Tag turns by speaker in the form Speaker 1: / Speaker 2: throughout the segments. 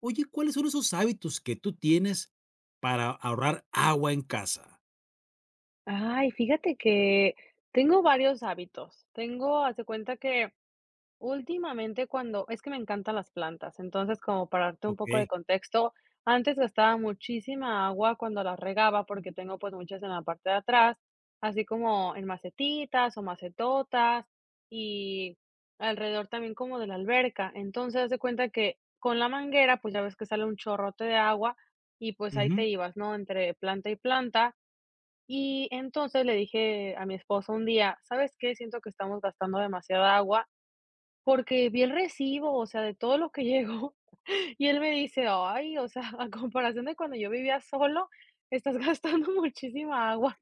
Speaker 1: Oye, ¿cuáles son esos hábitos que tú tienes para ahorrar agua en casa?
Speaker 2: Ay, fíjate que tengo varios hábitos. Tengo, haz de cuenta que últimamente cuando es que me encantan las plantas, entonces como para darte un poco de
Speaker 1: Okey.
Speaker 2: contexto, antes gastaba muchísima agua cuando las regaba porque tengo pues muchas en la parte de atrás, así como en macetitas o macetotas y alrededor también como de la alberca. Entonces, haz de cuenta que con la manguera, pues ya ves que sale un chorrote de agua y pues ahí
Speaker 1: Ujú.
Speaker 2: te ibas, ¿no? Entre planta y planta y entonces le dije a mi esposo un día, ¿sabes qué? Siento que estamos gastando demasiada agua porque vi el recibo, o sea, de todo lo que llegó. Y él me dice, ay, o sea, a comparación de cuando yo vivía solo, estás gastando muchísima agua.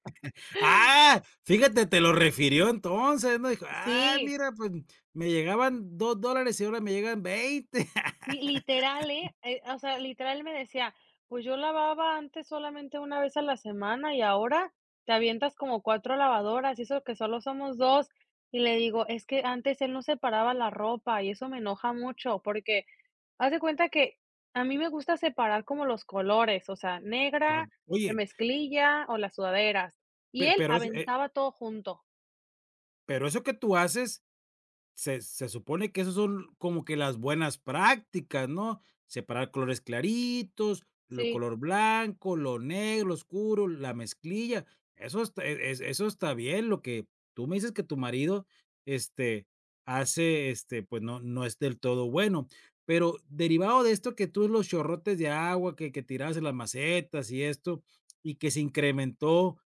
Speaker 1: ¡Ah! Fíjate, te lo refirió entonces, ¿no? Dijo: "Ah,
Speaker 2: Sí.
Speaker 1: mira, pues, me llegaban 2 dólares y ahora me llegan 20."
Speaker 2: Sí, literal, ¿eh? O sea, literal me decía: "Pues yo lavaba antes solamente una vez a la semana y ahora te avientas como 4 lavadoras, y eso que solo somos dos". Y le digo: "Es que antes él no separaba la ropa y eso me enoja mucho, porque haz de cuenta que a mí me gusta separar como los colores, o sea,
Speaker 1: Claro.
Speaker 2: negra, la
Speaker 1: Oye,
Speaker 2: mezclilla o las sudaderas, y
Speaker 1: pe
Speaker 2: él aventaba todo junto".
Speaker 1: pero eso que tú haces. Se supone que esos son como que las buenas prácticas, ¿no? Separar colores claritos, lo
Speaker 2: Sí,
Speaker 1: color blanco, lo negro lo oscuro, la mezclilla. Eso está eso está bien, lo que tú me dices que tu marido, este, hace, pues, no es del todo bueno. Pero derivado de esto que tú los chorrotes de agua que tirabas en las macetas y esto, y que se incrementó,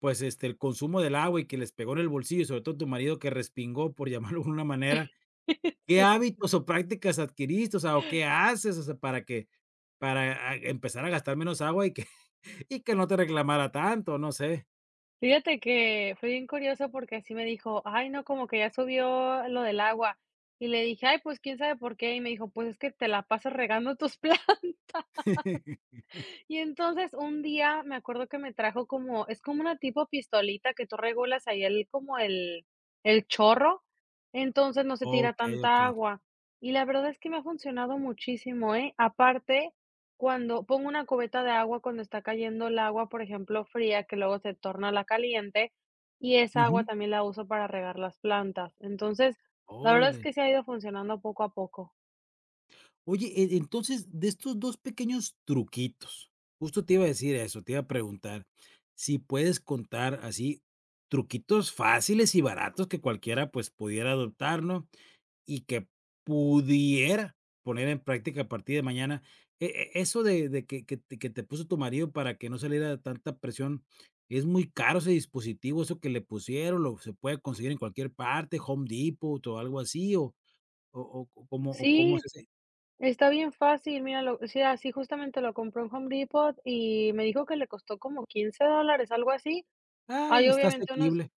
Speaker 1: pues, el consumo del agua y que les pegó en el bolsillo, y sobre todo tu marido que respingó, por llamarlo de una manera, ¿qué
Speaker 2: sí.
Speaker 1: hábitos o prácticas adquiriste? O sea, ¿o qué haces? O sea, para que para, empezar a gastar menos agua y que y que no te reclamara tanto, no sé.
Speaker 2: Fíjate que fue bien curioso porque así me dijo: "Ay, no, como que ya subió lo del agua". Y le dije: "Ay, pues, quién sabe por qué". Y me dijo: "Pues, es que te la pasas regando tus plantas". Y entonces un día me acuerdo que me trajo como es como una tipo pistolita que tú regulas ahí el como el chorro, entonces no se tira
Speaker 1: Okey,
Speaker 2: tanta
Speaker 1: okey.
Speaker 2: agua. Y la verdad es que me ha funcionado muchísimo, ¿eh? Aparte, cuando pongo una cubeta de agua cuando está cayendo el agua, por ejemplo, fría, que luego se torna la caliente, y esa
Speaker 1: Ujú.
Speaker 2: agua también la uso para regar las plantas. Entonces, la verdad es
Speaker 1: Órale.
Speaker 2: que se ha ido funcionando poco a poco.
Speaker 1: Oye, entonces, de estos 2 pequeños truquitos, justo te iba a decir eso, te iba a preguntar si puedes contar así truquitos fáciles y baratos que cualquiera, pues, pudiera adoptar, ¿no? Y que pudiera poner en práctica a partir de mañana. E eso de que te puso tu marido para que no saliera tanta presión, ¿es muy caro ese dispositivo, eso que le pusieron, lo se puede conseguir en cualquier parte, Home Depot o algo así, o o cómo, o cómo es
Speaker 2: Sí.
Speaker 1: ese?
Speaker 2: Está bien fácil, mira, lo sí, así justamente lo compró en Home Depot y me dijo que le costó como $15, algo así.
Speaker 1: Ah,
Speaker 2: Hay
Speaker 1: está
Speaker 2: obviamente unos
Speaker 1: asequible.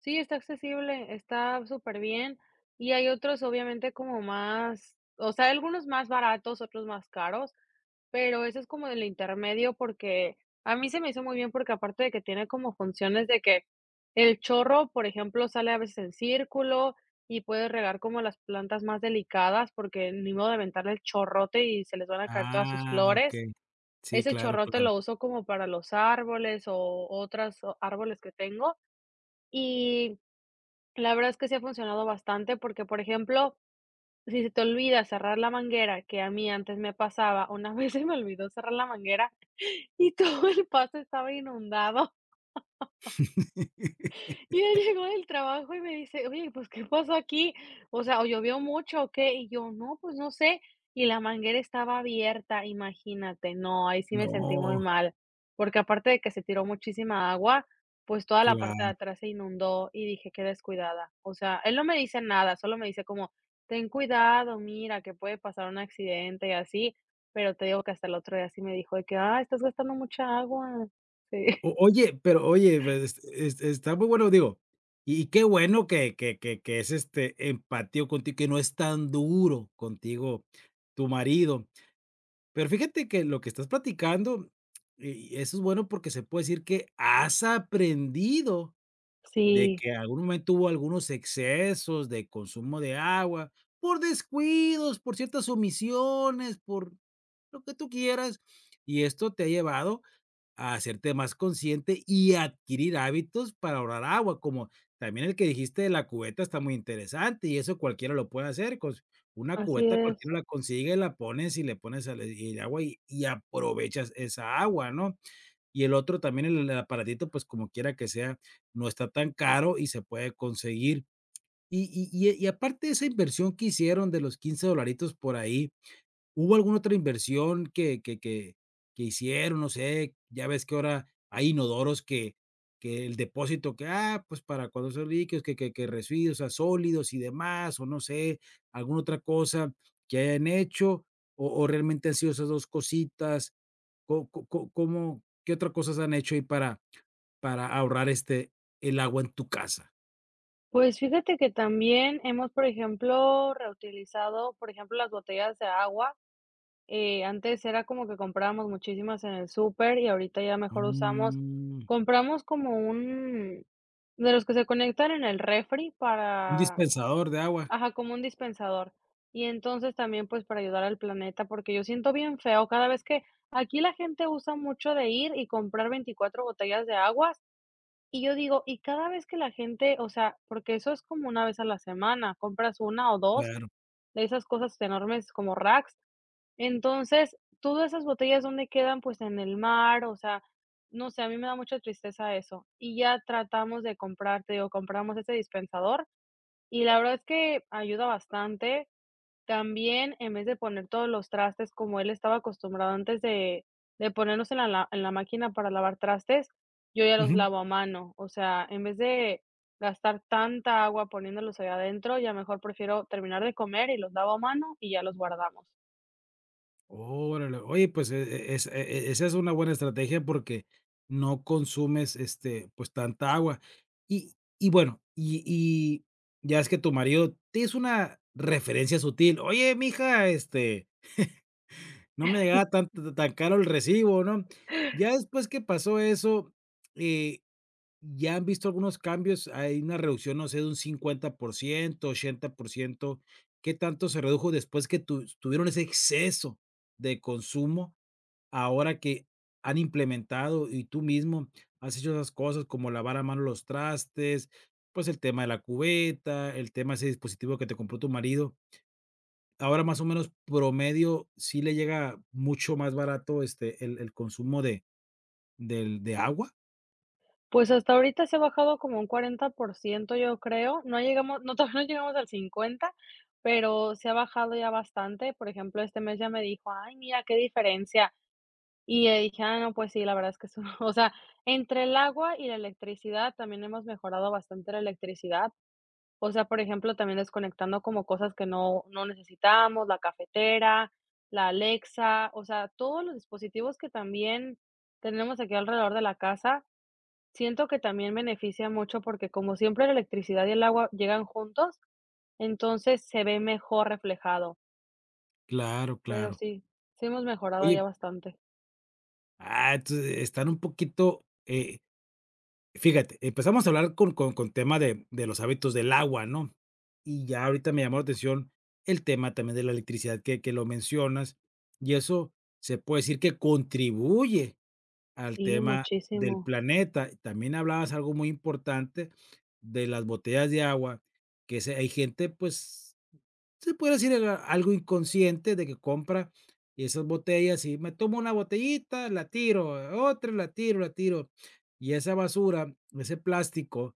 Speaker 2: sí, está accesible, está súper bien y hay otros, obviamente, como más o sea, hay algunos más baratos, otros más caros, pero eso es como el intermedio, porque a mí se me hizo muy bien, porque aparte de que tiene como funciones de que el chorro, por ejemplo, sale a veces en círculo y puedes regar como las plantas más delicadas, porque ni modo de aventarle el chorrote y se les van a caer todas sus
Speaker 1: Ah,
Speaker 2: flores.
Speaker 1: okey. Sí,
Speaker 2: Ese
Speaker 1: claro,
Speaker 2: chorrote
Speaker 1: claro.
Speaker 2: lo uso como para los árboles o otros árboles que tengo. Y la verdad es que sí ha funcionado bastante porque, por ejemplo, si se te olvida cerrar la manguera, que a mí antes me pasaba, una vez se me olvidó cerrar la manguera y todo el pasto estaba inundado. Y él llegó del trabajo y me dice: "Oye, pues, ¿qué pasó aquí? O sea, ¿o llovió mucho o qué?". Y yo: "No, pues, no sé". Y la manguera estaba abierta, imagínate. No, ahí sí me sentí muy
Speaker 1: No,
Speaker 2: mal, porque aparte de que se tiró muchísima agua, pues, toda la parte de
Speaker 1: claro.
Speaker 2: atrás se inundó y dije: "Qué descuidada". O sea, él no me dice nada, solo me dice como: "Ten cuidado, mira, que puede pasar un accidente y así". Pero te digo que hasta el otro día sí me dijo de que: "ah, estás gastando mucha agua". Sí,
Speaker 1: O oye, pero oye, pues, es- está muy bueno, digo, y qué bueno que que es, empático contigo, que no es tan duro contigo tu marido. Pero fíjate que lo que estás platicando, y eso es bueno porque se puede decir que has aprendido de
Speaker 2: sí,
Speaker 1: que en algún momento hubo algunos excesos de consumo de agua, por descuidos, por ciertas omisiones, por lo que tú quieras, y esto te ha llevado a hacerte más consciente y adquirir hábitos para ahorrar agua, como también el que dijiste de la cubeta está muy interesante y eso cualquiera lo puede hacer, con una
Speaker 2: así
Speaker 1: cubeta
Speaker 2: es.
Speaker 1: cualquiera la consigue, la pones y le pones al y agua y aprovechas esa agua, ¿no? Y el otro también, el aparatito, pues, como quiera que sea, no está tan caro y se puede conseguir. Y y aparte de esa inversión que hicieron de los 15 dolaritos por ahí, ¿hubo alguna otra inversión que hicieron? No sé, ya ves que ahora hay inodoros que el depósito que, pues, para cuando son líquidos, que residuos, o sea, sólidos y demás, o no sé, alguna otra cosa que hayan hecho, o realmente han sido esas 2 cositas, ¿có có có cómo qué otra cosas han hecho ahí para ahorrar, el agua en tu casa?
Speaker 2: Pues fíjate que también hemos, por ejemplo, reutilizado, por ejemplo, las botellas de agua. Antes era como que comprábamos muchísimas en el súper y ahorita ya mejor usamos,
Speaker 1: Mm,
Speaker 2: compramos como un, de los que se conectan en el refri
Speaker 1: un
Speaker 2: para,
Speaker 1: dispensador de agua,
Speaker 2: ajá, como un dispensador. Y entonces también pues para ayudar al planeta, porque yo siento bien feo cada vez que aquí la gente usa mucho de ir y comprar 24 botellas de agua y yo digo, y cada vez que la gente, o sea, porque eso es como una vez a la semana, compras una o dos
Speaker 1: claro.
Speaker 2: de esas cosas enormes como racks. Entonces, todas esas botellas, ¿dónde quedan? Pues en el mar, o sea, no sé, a mí me da mucha tristeza eso. Y ya tratamos de comprar, te digo, compramos ese dispensador y la verdad es que ayuda bastante, también, en vez de poner todos los trastes como él estaba acostumbrado antes de ponernos en la la en la máquina para lavar trastes, yo ya los
Speaker 1: Ujú.
Speaker 2: lavo a mano. O sea, en vez de gastar tanta agua poniéndolos allá adentro, ya mejor prefiero terminar de comer y los lavo a mano y ya los guardamos.
Speaker 1: Órale. Oye, pues, esa es una buena estrategia porque no consumes, pues, tanta agua. Bueno, ya es que tu marido te hizo una referencia sutil: "Oye, mija, este, no me llegaba tan caro el recibo", ¿no? Ya después que pasó eso, eh, ¿ya han visto algunos cambios? Hay una reducción, no sé, de un 50%, 80%, ¿qué tanto se redujo después que tu tuvieron ese exceso de consumo? Ahora que han implementado y tú mismo has hecho esas cosas como lavar a mano los trastes, pues el tema de la cubeta, el tema de ese dispositivo que te compró tu marido. Ahora más o menos promedio, ¿sí le llega mucho más barato este el consumo de, del, de agua?
Speaker 2: Pues hasta ahorita se ha bajado como un 40% yo creo. No llegamos no, todavía no llegamos al 50 pero se ha bajado ya bastante. Por ejemplo, este mes ya me dijo: "Ay, mira qué diferencia". Y ya dije: "Ah, no, pues sí, la verdad es que eso", o sea, entre el agua y la electricidad, también hemos mejorado bastante la electricidad. O sea, por ejemplo, también desconectando como cosas que no necesitamos, la cafetera, la Alexa, o sea, todos los dispositivos que también tenemos aquí alrededor de la casa, siento que también beneficia mucho, porque como siempre la electricidad y el agua llegan juntos, entonces se ve mejor reflejado.
Speaker 1: Claro,
Speaker 2: Pero
Speaker 1: claro.
Speaker 2: sí, sí hemos mejorado
Speaker 1: Oye,
Speaker 2: ya bastante.
Speaker 1: entonces están un poquito, fíjate, empezamos a hablar con tema de los hábitos del agua, ¿no? Y ya ahorita me llamó la atención el tema también de la electricidad que lo mencionas, y eso se puede decir que contribuye al
Speaker 2: Sí,
Speaker 1: tema del
Speaker 2: muchísimo.
Speaker 1: planeta. También hablabas algo muy importante de las botellas de agua, que se hay gente, pues se puede decir era algo inconsciente de que compra esas botellas y me tomo una botellita, la tiro, otra, la tiro, la tiro. Y esa basura, ese plástico,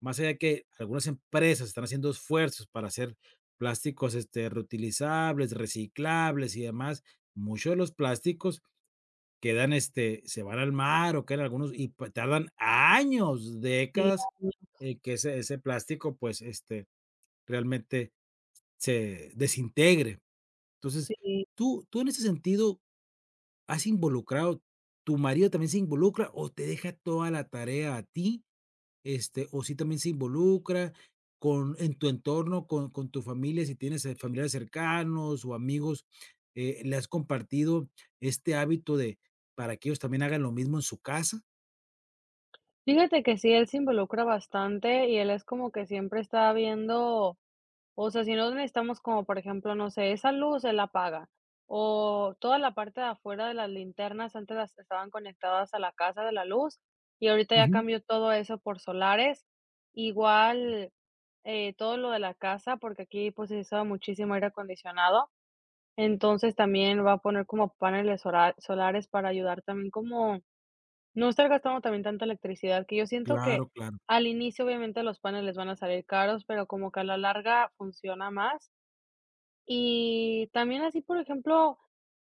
Speaker 1: más allá de que algunas empresas están haciendo esfuerzos para hacer plásticos reutilizables, reciclables y demás, muchos de los plásticos quedan, se van al mar o quedan algunos y tardan años, décadas, en que ese plástico, pues, realmente se desintegre. Entonces,
Speaker 2: Sí,
Speaker 1: tú en ese sentido, ¿has involucrado, tu marido también se involucra o te deja toda la tarea a ti? Este, o si también se involucra con en tu entorno, con tu familia, si tienes, familiares cercanos o amigos, ¿le has compartido este hábito de para que ellos también hagan lo mismo en su casa?
Speaker 2: fíjate que sí, él se involucra bastante y él es como que siempre está viendo, o sea, si no necesitamos como, por ejemplo, no sé, esa luz él la apaga, o toda la parte de afuera de las linternas antes las estaban conectadas a la casa de la luz y ahorita ya
Speaker 1: Ujú.
Speaker 2: cambió todo eso por solares, igual todo lo de la casa, porque aquí pues se usa muchísimo aire acondicionado, entonces también va a poner como paneles solares para ayudar también como no estar gastando también tanta electricidad, que yo siento que
Speaker 1: Claro, claro.
Speaker 2: al inicio, obviamente, los paneles van a salir caros, pero como que a la larga funciona más. Y también así, por ejemplo,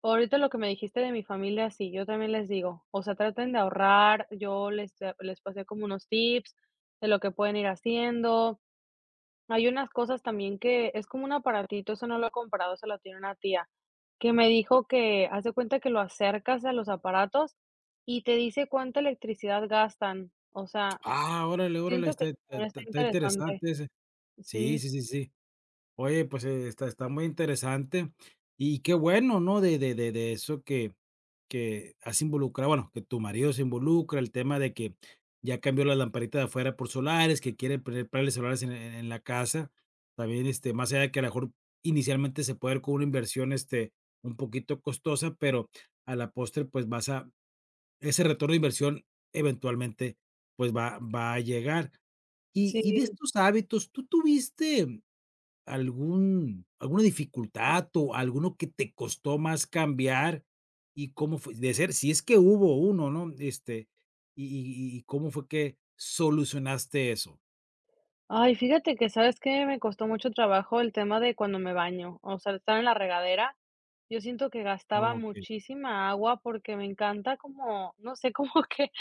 Speaker 2: ahorita lo que me dijiste de mi familia, sí, yo también les digo, o sea, traten de ahorrar, yo les, les pasé como unos tips de lo que pueden ir haciendo. Hay unas cosas también que es como un aparatito, eso no lo he comprado, se lo tiene una tía, que me dijo que haz de cuenta que lo acercas a los aparatos y te dice cuánta electricidad gastan. O sea,
Speaker 1: Ah, órale, órale,
Speaker 2: siento que
Speaker 1: está
Speaker 2: eso también está interesante.
Speaker 1: interesante ese. Sí,
Speaker 2: Sí,
Speaker 1: sí, sí, sí. Oye, pues, está muy interesante, y qué bueno, ¿no? De eso que has involucrado, bueno, que tu marido se involucra, el tema de que ya cambió la lamparita de afuera por solares, que quiere poner paneles solares en la casa. También, más allá de que a lo mejor inicialmente se puede ver con una inversión, un poquito costosa, pero a la postre, pues, vas a ese retorno de inversión eventualmente, pues, va va a llegar. De
Speaker 2: sí.
Speaker 1: estos hábitos, ¿tú tuviste algún, alguna dificultad o alguno que te costó más cambiar y cómo fue de ser, si es que hubo uno, ¿no? Este, y y, ¿cómo fue que solucionaste eso?
Speaker 2: Ay, fíjate que, ¿sabes que me costó mucho trabajo el tema de cuando me baño? O sea, estar en la regadera. Yo siento que gastaba
Speaker 1: Okey.
Speaker 2: muchísima agua porque me encanta como, no sé, como que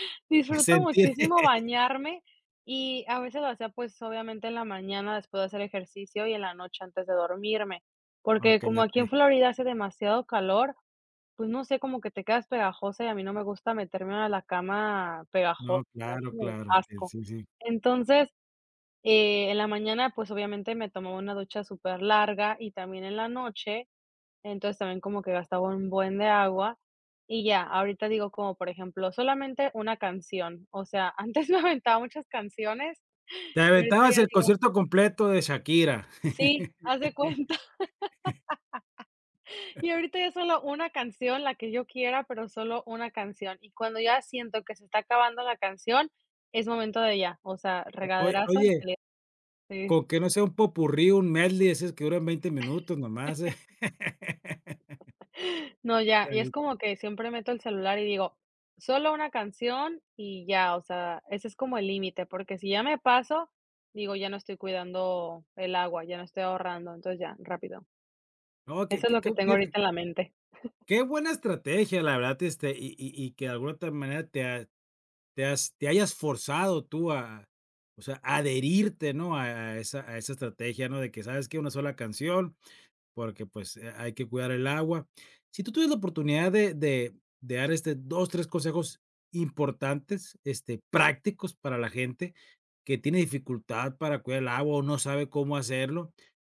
Speaker 2: disfruto
Speaker 1: Sentir.
Speaker 2: muchísimo bañarme y a veces lo hacía, pues, obviamente en la mañana después de hacer ejercicio y en la noche antes de dormirme, porque
Speaker 1: Okey,
Speaker 2: como aquí
Speaker 1: okey.
Speaker 2: en Florida hace demasiado calor, pues, no sé, como que te quedas pegajosa y a mí no me gusta meterme a la cama
Speaker 1: No,
Speaker 2: pegajosa, me da
Speaker 1: claro,
Speaker 2: como
Speaker 1: claro. Sí,
Speaker 2: asco.
Speaker 1: sí, sí.
Speaker 2: Entonces, en la mañana, pues, obviamente me tomaba una ducha súper larga y también en la noche, entonces, también como que gastaba un buen de agua, y ya, ahorita digo como, por ejemplo, solamente una canción, o sea, antes me aventaba muchas canciones,
Speaker 1: Te
Speaker 2: y ahorita
Speaker 1: aventabas
Speaker 2: ya
Speaker 1: el
Speaker 2: digo
Speaker 1: concierto completo de Shakira.
Speaker 2: sí, haz de cuenta, y ahorita ya solo una canción, la que yo quiera, pero solo una canción, y cuando ya siento que se está acabando la canción, es momento de ya, o sea,
Speaker 1: O oye
Speaker 2: regaderazo y
Speaker 1: oye,
Speaker 2: salir. Sí.
Speaker 1: con que no sea un popurrí, un medley, ese que duran 20 minutos nomás.
Speaker 2: No, ya,
Speaker 1: Está
Speaker 2: y es
Speaker 1: bien.
Speaker 2: como que siempre meto el celular y digo, solo una canción y ya, o sea, ese es como el límite, porque si ya me paso, digo, ya no estoy cuidando el agua, ya no estoy ahorrando, entonces ya, rápido.
Speaker 1: No, que
Speaker 2: Eso es
Speaker 1: que
Speaker 2: lo
Speaker 1: que
Speaker 2: que tengo
Speaker 1: fíjate,
Speaker 2: ahorita en la mente.
Speaker 1: qué buena estrategia, la verdad, y que de alguna otra manera te ha te has te hayas forzado tú a, o sea, adherirte, ¿no? A esa estrategia, ¿no? De que, ¿sabes que Una sola canción, porque, pues, hay que cuidar el agua. Si tú tuvieras la oportunidad de dar, 2 3 consejos importantes, prácticos para la gente que tiene dificultad para cuidar el agua o no sabe cómo hacerlo,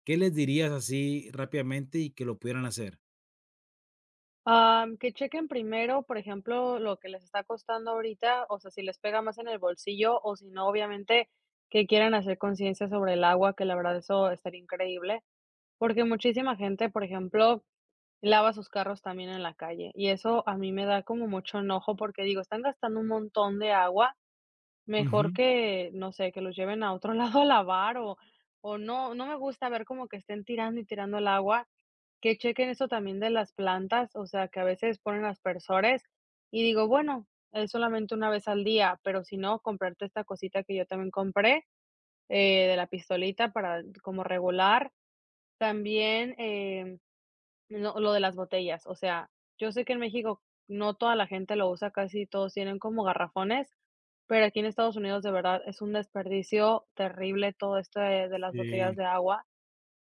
Speaker 1: ¿qué les dirías así rápidamente y que lo pudieran hacer?
Speaker 2: Que chequen primero, por ejemplo, lo que les está costando ahorita, o sea, si les pega más en el bolsillo o si no, obviamente, que quieran hacer conciencia sobre el agua, que la verdad eso estaría increíble, porque muchísima gente, por ejemplo, lava sus carros también en la calle, y eso a mí me da como mucho enojo, porque digo, están gastando un montón de agua, mejor
Speaker 1: Ujú.
Speaker 2: que, no sé, que los lleven a otro lado a lavar o no, no me gusta ver como que estén tirando y tirando el agua, que chequen eso también de las plantas, o sea, que a veces ponen aspersores y digo, bueno, es solamente una vez al día, pero si no, comprarte esta cosita que yo también compré, de la pistolita para como regular. También, no, lo de las botellas, o sea, yo sé que en México no toda la gente lo usa, casi todos tienen como garrafones, pero aquí en Estados Unidos de verdad es un desperdicio terrible todo esto de las botellas
Speaker 1: Sí.
Speaker 2: de agua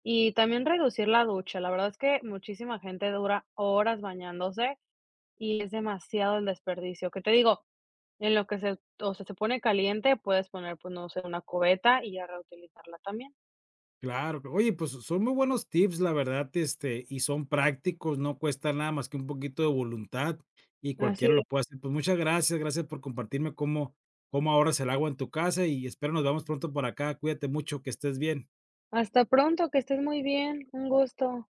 Speaker 2: y también reducir la ducha. La verdad es que muchísima gente dura horas bañándose y es demasiado el desperdicio. Que te digo, en lo que se, o sea, se pone caliente, puedes poner, pues no sé, una cubeta y ya reutilizarla también.
Speaker 1: Claro, cl oye, pues, son muy buenos tips, la verdad, y son prácticos, no cuesta nada más que un poquito de voluntad, y
Speaker 2: Así,
Speaker 1: cualquiera lo
Speaker 2: es.
Speaker 1: puede hacer. Pues, muchas gracias, gracias por compartirme cómo cómo ahorras el agua en tu casa, y espero nos vemos pronto por acá. Cuídate mucho, que estés bien.
Speaker 2: Hasta pronto, que estés muy bien, un gusto.